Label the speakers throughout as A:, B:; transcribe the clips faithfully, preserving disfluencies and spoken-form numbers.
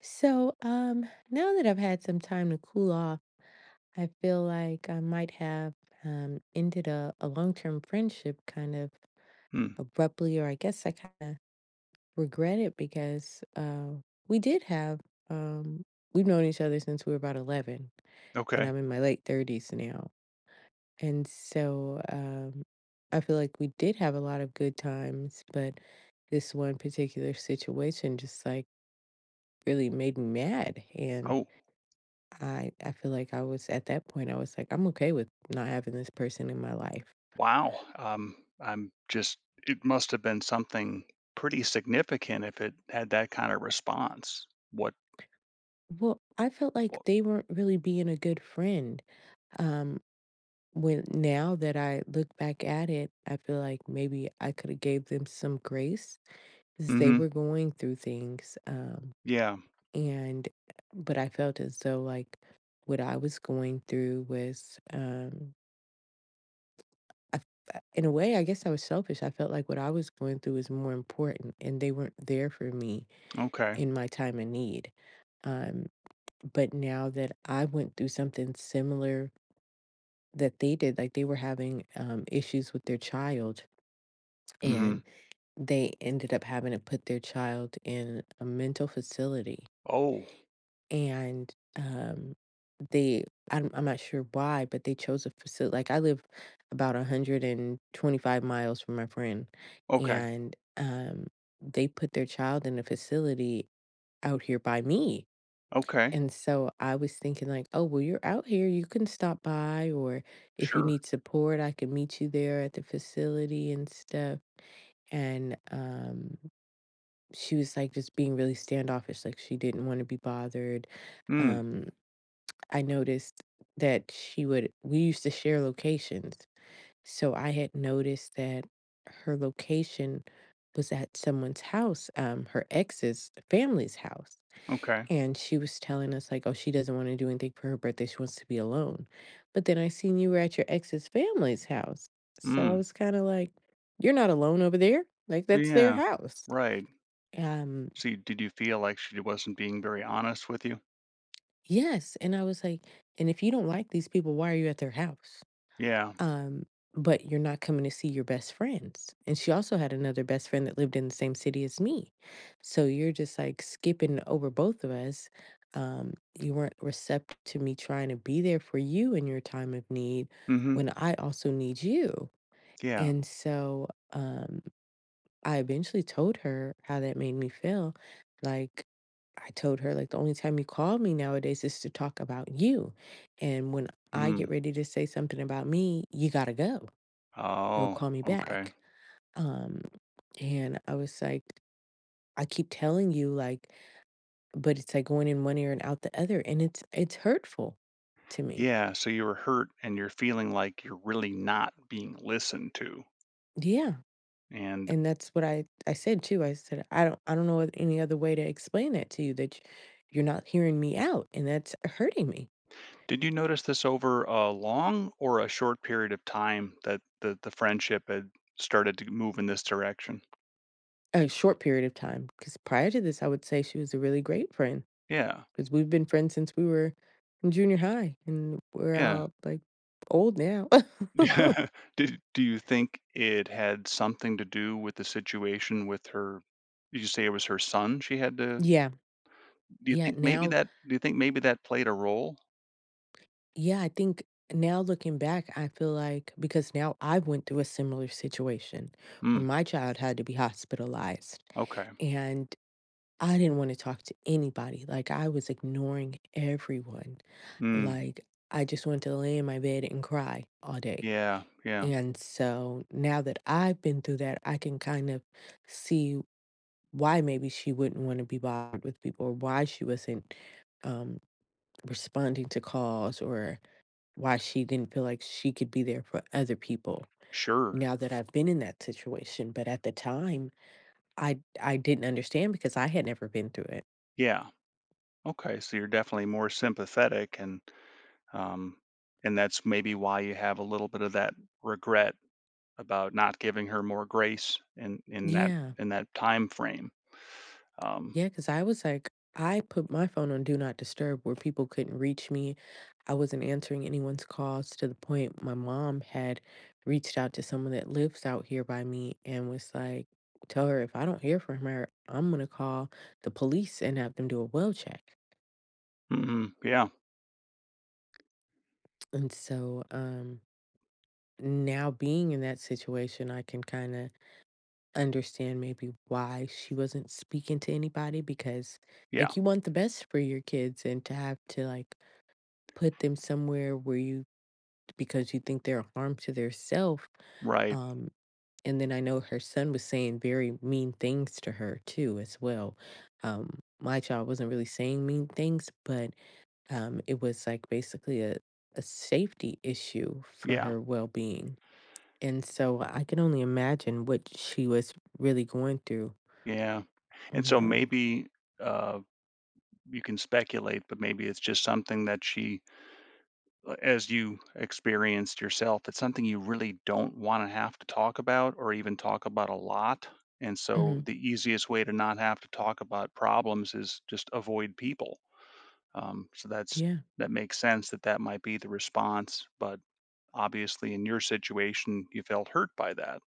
A: So, um, now that I've had some time to cool off, I feel like I might have um, ended a, a long term friendship kind of
B: Hmm,
A: abruptly. Or I guess I kind of regret it because uh, we did have, um, we've known each other since we were about eleven, and
B: okay.
A: I'm in my late thirties now. And so um, I feel like we did have a lot of good times, but this one particular situation just like really made me mad.
B: Oh,
A: I I feel like I was at that point, I was like, I'm okay with not having this person in my life.
B: wow. Um, I'm just it must have been something pretty significant if it had that kind of response. What
A: Well, I felt like
B: what
A: they weren't really being a good friend. Um, when now that I look back at it, I feel like maybe I could have gave them some grace because they
B: Mhm.
A: were going through things. Um,
B: Yeah.
A: and but I felt as though like what I was going through was um I f- in a way, I guess I was selfish. I felt like what I was going through was more important and they weren't there for me
B: Okay.
A: in my time of need. Um, but now that I went through something similar that they did, like they were having um, issues with their child,
B: Mhm.
A: and they ended up having to put their child in a mental facility.
B: Oh,
A: And um, they, I'm, I'm not sure why, but they chose a facility. Like I live about one hundred twenty-five miles from my friend,
B: okay.
A: and um, they put their child in a facility out here by me.
B: Okay.
A: And so I was thinking like, oh, well, you're out here, you can stop by, or if you
B: Sure.
A: need support, I can meet you there at the facility and stuff. And um, she was like just being really standoffish, like she didn't want to be bothered.
B: Mm,
A: Um, I noticed that she would, we used to share locations. So I had noticed that her location was at someone's house, um, her ex's family's house.
B: okay.
A: And she was telling us, like, oh, she doesn't want to do anything for her birthday. She wants to be alone. But then I seen you were at your ex's family's house. So I
B: Mm.
A: was kind of like, you're not alone over there. Like, that's their
B: Yeah.
A: house.
B: Right.
A: Um,
B: See, did you feel like she wasn't being very honest with you?
A: yes. And I was like, and if you don't like these people, why are you at their house?
B: Yeah.
A: um, but you're not coming to see your best friends. And she also had another best friend that lived in the same city as me. So you're just like skipping over both of us. Um, you weren't receptive to me trying to be there for you in your time of need
B: Mhm.
A: when I also need you.
B: Yeah.
A: And so um, I eventually told her how that made me feel. Like, I told her, like, the only time you call me nowadays is to talk about you. And when I get
B: Mm.
A: ready to say something about me, you got to go you'll
B: Oh,
A: call me
B: okay.
A: back. Um, and I was like, I keep telling you, like, but it's like going in one ear and out the other. And it's it's hurtful to me.
B: Yeah, so you were hurt and you're feeling like you're really not being listened to.
A: Yeah.
B: And
A: And that's what I, I said too. I said, I don't I don't know any other way to explain that to you that y- you're not hearing me out and that's hurting me.
B: did you notice this over a long or a short period of time that the, the friendship had started to move in this direction?
A: A short period of time. Because prior to this, I would say she was a really great friend.
B: Yeah,
A: Because we've been friends since we were in junior high and we're
B: yeah.
A: all like old now.
B: Did, do you think it had something to do with the situation with her? Did you say it was her son she had to?
A: Yeah.
B: Do you
A: Yeah,
B: think maybe
A: now
B: that? Do you think maybe that played a role?
A: yeah, I think now looking back, I feel like because now I went through a similar situation
B: Hmm.
A: where my child had to be hospitalized
B: Okay.
A: and I didn't want to talk to anybody. Like I was ignoring everyone.
B: Hmm.
A: Like I just wanted to lay in my bed and cry all day.
B: Yeah. Yeah.
A: And so now that I've been through that, I can kind of see why maybe she wouldn't want to be bothered with people or why she wasn't um, responding to calls or why she didn't feel like she could be there for other people
B: Sure.
A: now that I've been in that situation, but at the time, I I didn't understand because I had never been through it.
B: Yeah. Okay, so you're definitely more sympathetic and um and that's maybe why you have a little bit of that regret about not giving her more grace in in that
A: Yeah.
B: in that time frame. Um
A: Yeah, because I was like I put my phone on do not disturb where people couldn't reach me. I wasn't answering anyone's calls to the point my mom had reached out to someone that lives out here by me and was like, tell her if I don't hear from her, I'm gonna call the police and have them do a well check.
B: mhm, yeah.
A: And so, um now being in that situation, I can kind of understand maybe why she wasn't speaking to anybody because,
B: Yeah.
A: like, you want the best for your kids and to have to, like, put them somewhere where you, because you think they're a harm to their self.
B: Right.
A: Um, and then I know her son was saying very mean things to her too, as well. Um, my child wasn't really saying mean things, but um, it was like basically a, a safety issue for
B: Yeah.
A: her well being. And so I can only imagine what she was really going through
B: Yeah.
A: on
B: And so
A: her own.
B: maybe uh you can speculate, but maybe it's just something that she uh, as you experienced yourself, it's something you really don't want to have to talk about or even talk about a lot. And so
A: Mhm.
B: the easiest way to not have to talk about problems is just avoid people. Um, so that's
A: Yeah.
B: That makes sense that that might be the response. But obviously, in your situation, you felt hurt by that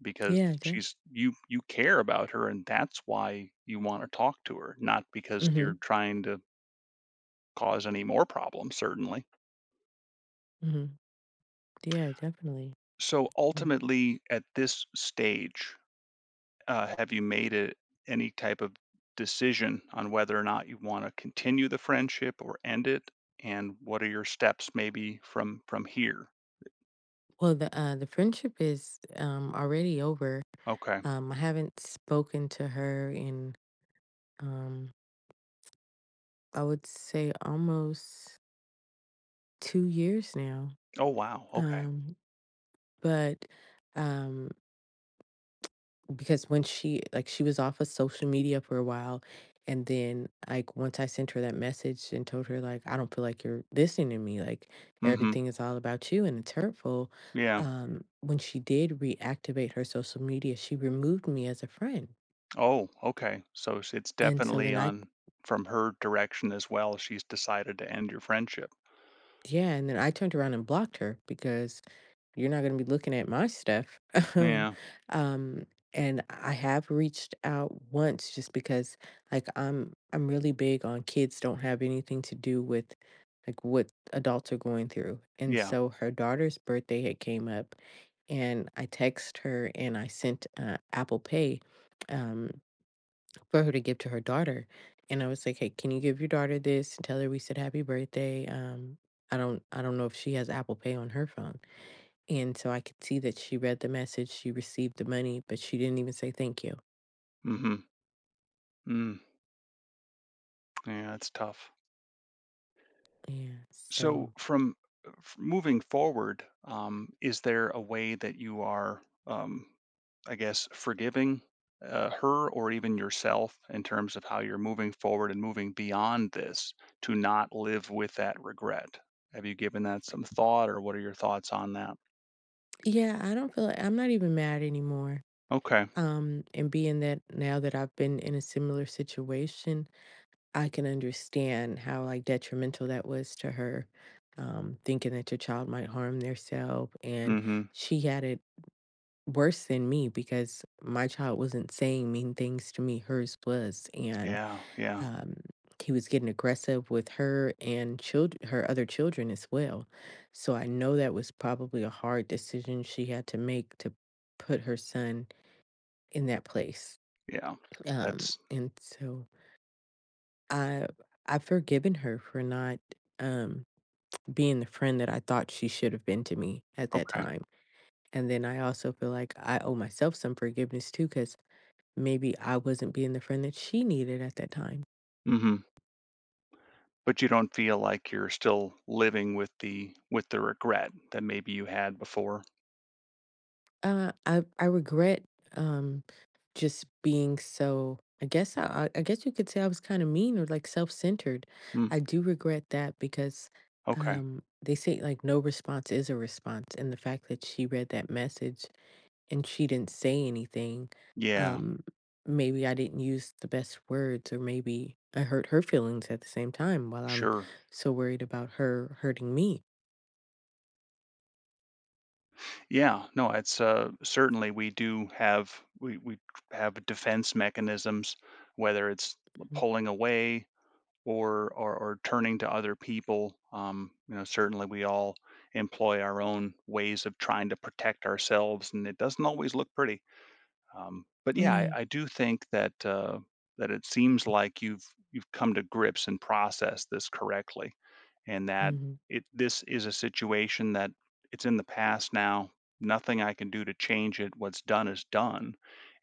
B: because
A: Yeah, def.
B: she's you you care about her, and that's why you want to talk to her, not because you're
A: Mhm,
B: trying to cause any more problems, certainly.
A: mhm. Yeah, definitely.
B: So
A: Mm.
B: ultimately, at this stage, uh, have you made a, any type of decision on whether or not you want to continue the friendship or end it? And what are your steps maybe from from here?
A: Well, the, uh, the friendship is, um, already over.
B: Okay.
A: Um, I haven't spoken to her in, um, I would say almost two years now,
B: Oh wow. Okay.
A: um, but, um because when she like she was off of social media for a while and then like once I sent her that message and told her like I don't feel like you're listening to me, like
B: Mm-hmm.
A: everything is all about you and it's hurtful.
B: Yeah.
A: Um when she did reactivate her social media she removed me as a friend.
B: Oh, okay. So it's it's
A: and so
B: definitely
A: then i
B: on from her direction as well. She's decided to end your friendship.
A: yeah, and then I turned around and blocked her because you're not gonna be looking at my stuff.
B: Yeah.
A: Um, and I have reached out once just because like I'm I'm really big on kids don't have anything to do with like what adults are going through. And
B: Yeah.
A: so her daughter's birthday had came up and I text her and I sent uh, Apple Pay um, for her to give to her daughter. And I was like, "Hey, can you give your daughter this and tell her we said happy birthday?" Um, I don't I don't know if she has Apple Pay on her phone and so I could see that she read the message, she received the money, but she didn't even say thank you.
B: Mm-hmm. Mm. Yeah, it's tough.
A: Yeah. So,
B: So from uh, f moving forward, um, is there a way that you are, um, I guess, forgiving, uh, her or even yourself in terms of how you're moving forward and moving beyond this to not live with that regret? Have you given that some thought, or what are your thoughts on that?
A: yeah, I don't feel like I'm not even mad anymore.
B: Okay.
A: Um, and being that now that I've been in a similar situation, I can understand how like detrimental that was to her. Um, thinking that your child might harm theirself, and
B: Mhm.
A: she had it worse than me because my child wasn't saying mean things to me, hers was, and
B: Yeah, yeah,
A: um, he was getting aggressive with her and child her other children as well. So I know that was probably a hard decision she had to make to put her son in that place.
B: yeah.
A: Um,
B: That's
A: and so I I've forgiven her for not um, being the friend that I thought she should have been to me at that
B: okay.
A: time. And then I also feel like I owe myself some forgiveness too, because maybe I wasn't being the friend that she needed at that time.
B: Mhm. But you don't feel like you're still living with the with the regret that maybe you had before?
A: Uh, I I regret um just being so I guess I I I guess you could say I was kind of mean or like self-centered.
B: Hmm,
A: I do regret that because
B: okay.
A: um they say like no response is a response and the fact that she read that message and she didn't say anything.
B: Yeah,
A: um Maybe I didn't use the best words or maybe I hurt her feelings at the same time while I'm
B: sure.
A: so worried about her hurting me.
B: Yeah, no, it's uh, certainly we do have we we have defense mechanisms, whether it's
A: Mhm.
B: pulling away or or, or turning to other people. Um, you know, certainly we all employ our own ways of trying to protect ourselves, and it doesn't always look pretty. Um, but yeah, I,
A: Yeah.
B: I do think that uh, that it seems like you've you've come to grips and processed this correctly, and that
A: Mhm.
B: it this is a situation that it's in the past now. Nothing I can do to change it. What's done is done.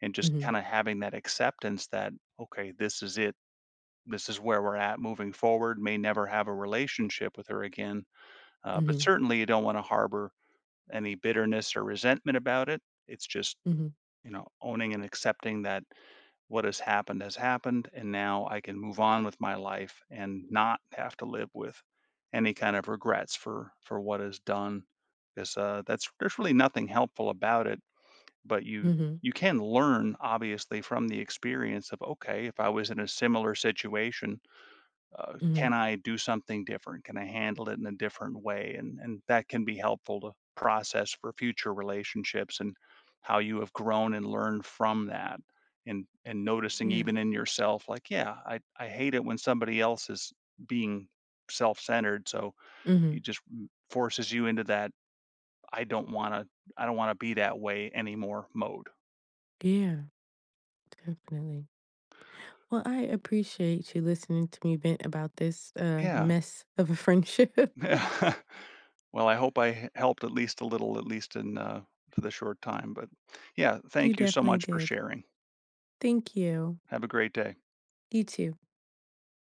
B: And just
A: Mhm.
B: kind of having that acceptance that, okay, this is it. This is where we're at moving forward. May never have a relationship with her again. Uh, but
A: Mhm.
B: certainly you don't want to harbor any bitterness or resentment about it. It's just,
A: Mhm.
B: you know, owning and accepting that what has happened has happened, and now I can move on with my life and not have to live with any kind of regrets for for what is done. Because uh, that's There's really nothing helpful about it, but you
A: Mhm.
B: you can learn obviously from the experience of okay, if I was in a similar situation, uh,
A: Mhm.
B: can I do something different? Can I handle it in a different way? And and that can be helpful to process for future relationships and how you have grown and learned from that. And and noticing
A: Yeah.
B: even in yourself, like, yeah, I, I hate it when somebody else is being self-centered. So
A: Mhm.
B: it just m- forces you into that I don't wanna I don't wanna be that way anymore mode.
A: Yeah, definitely. Well, I appreciate you listening to me vent about this, uh,
B: Yeah.
A: mess of a friendship.
B: Well, I hope I helped at least a little, at least in, uh, for the short time, but yeah,
A: You
B: thank you so
A: definitely
B: much for
A: did.
B: sharing.
A: Thank you.
B: Have a great day.
A: You too.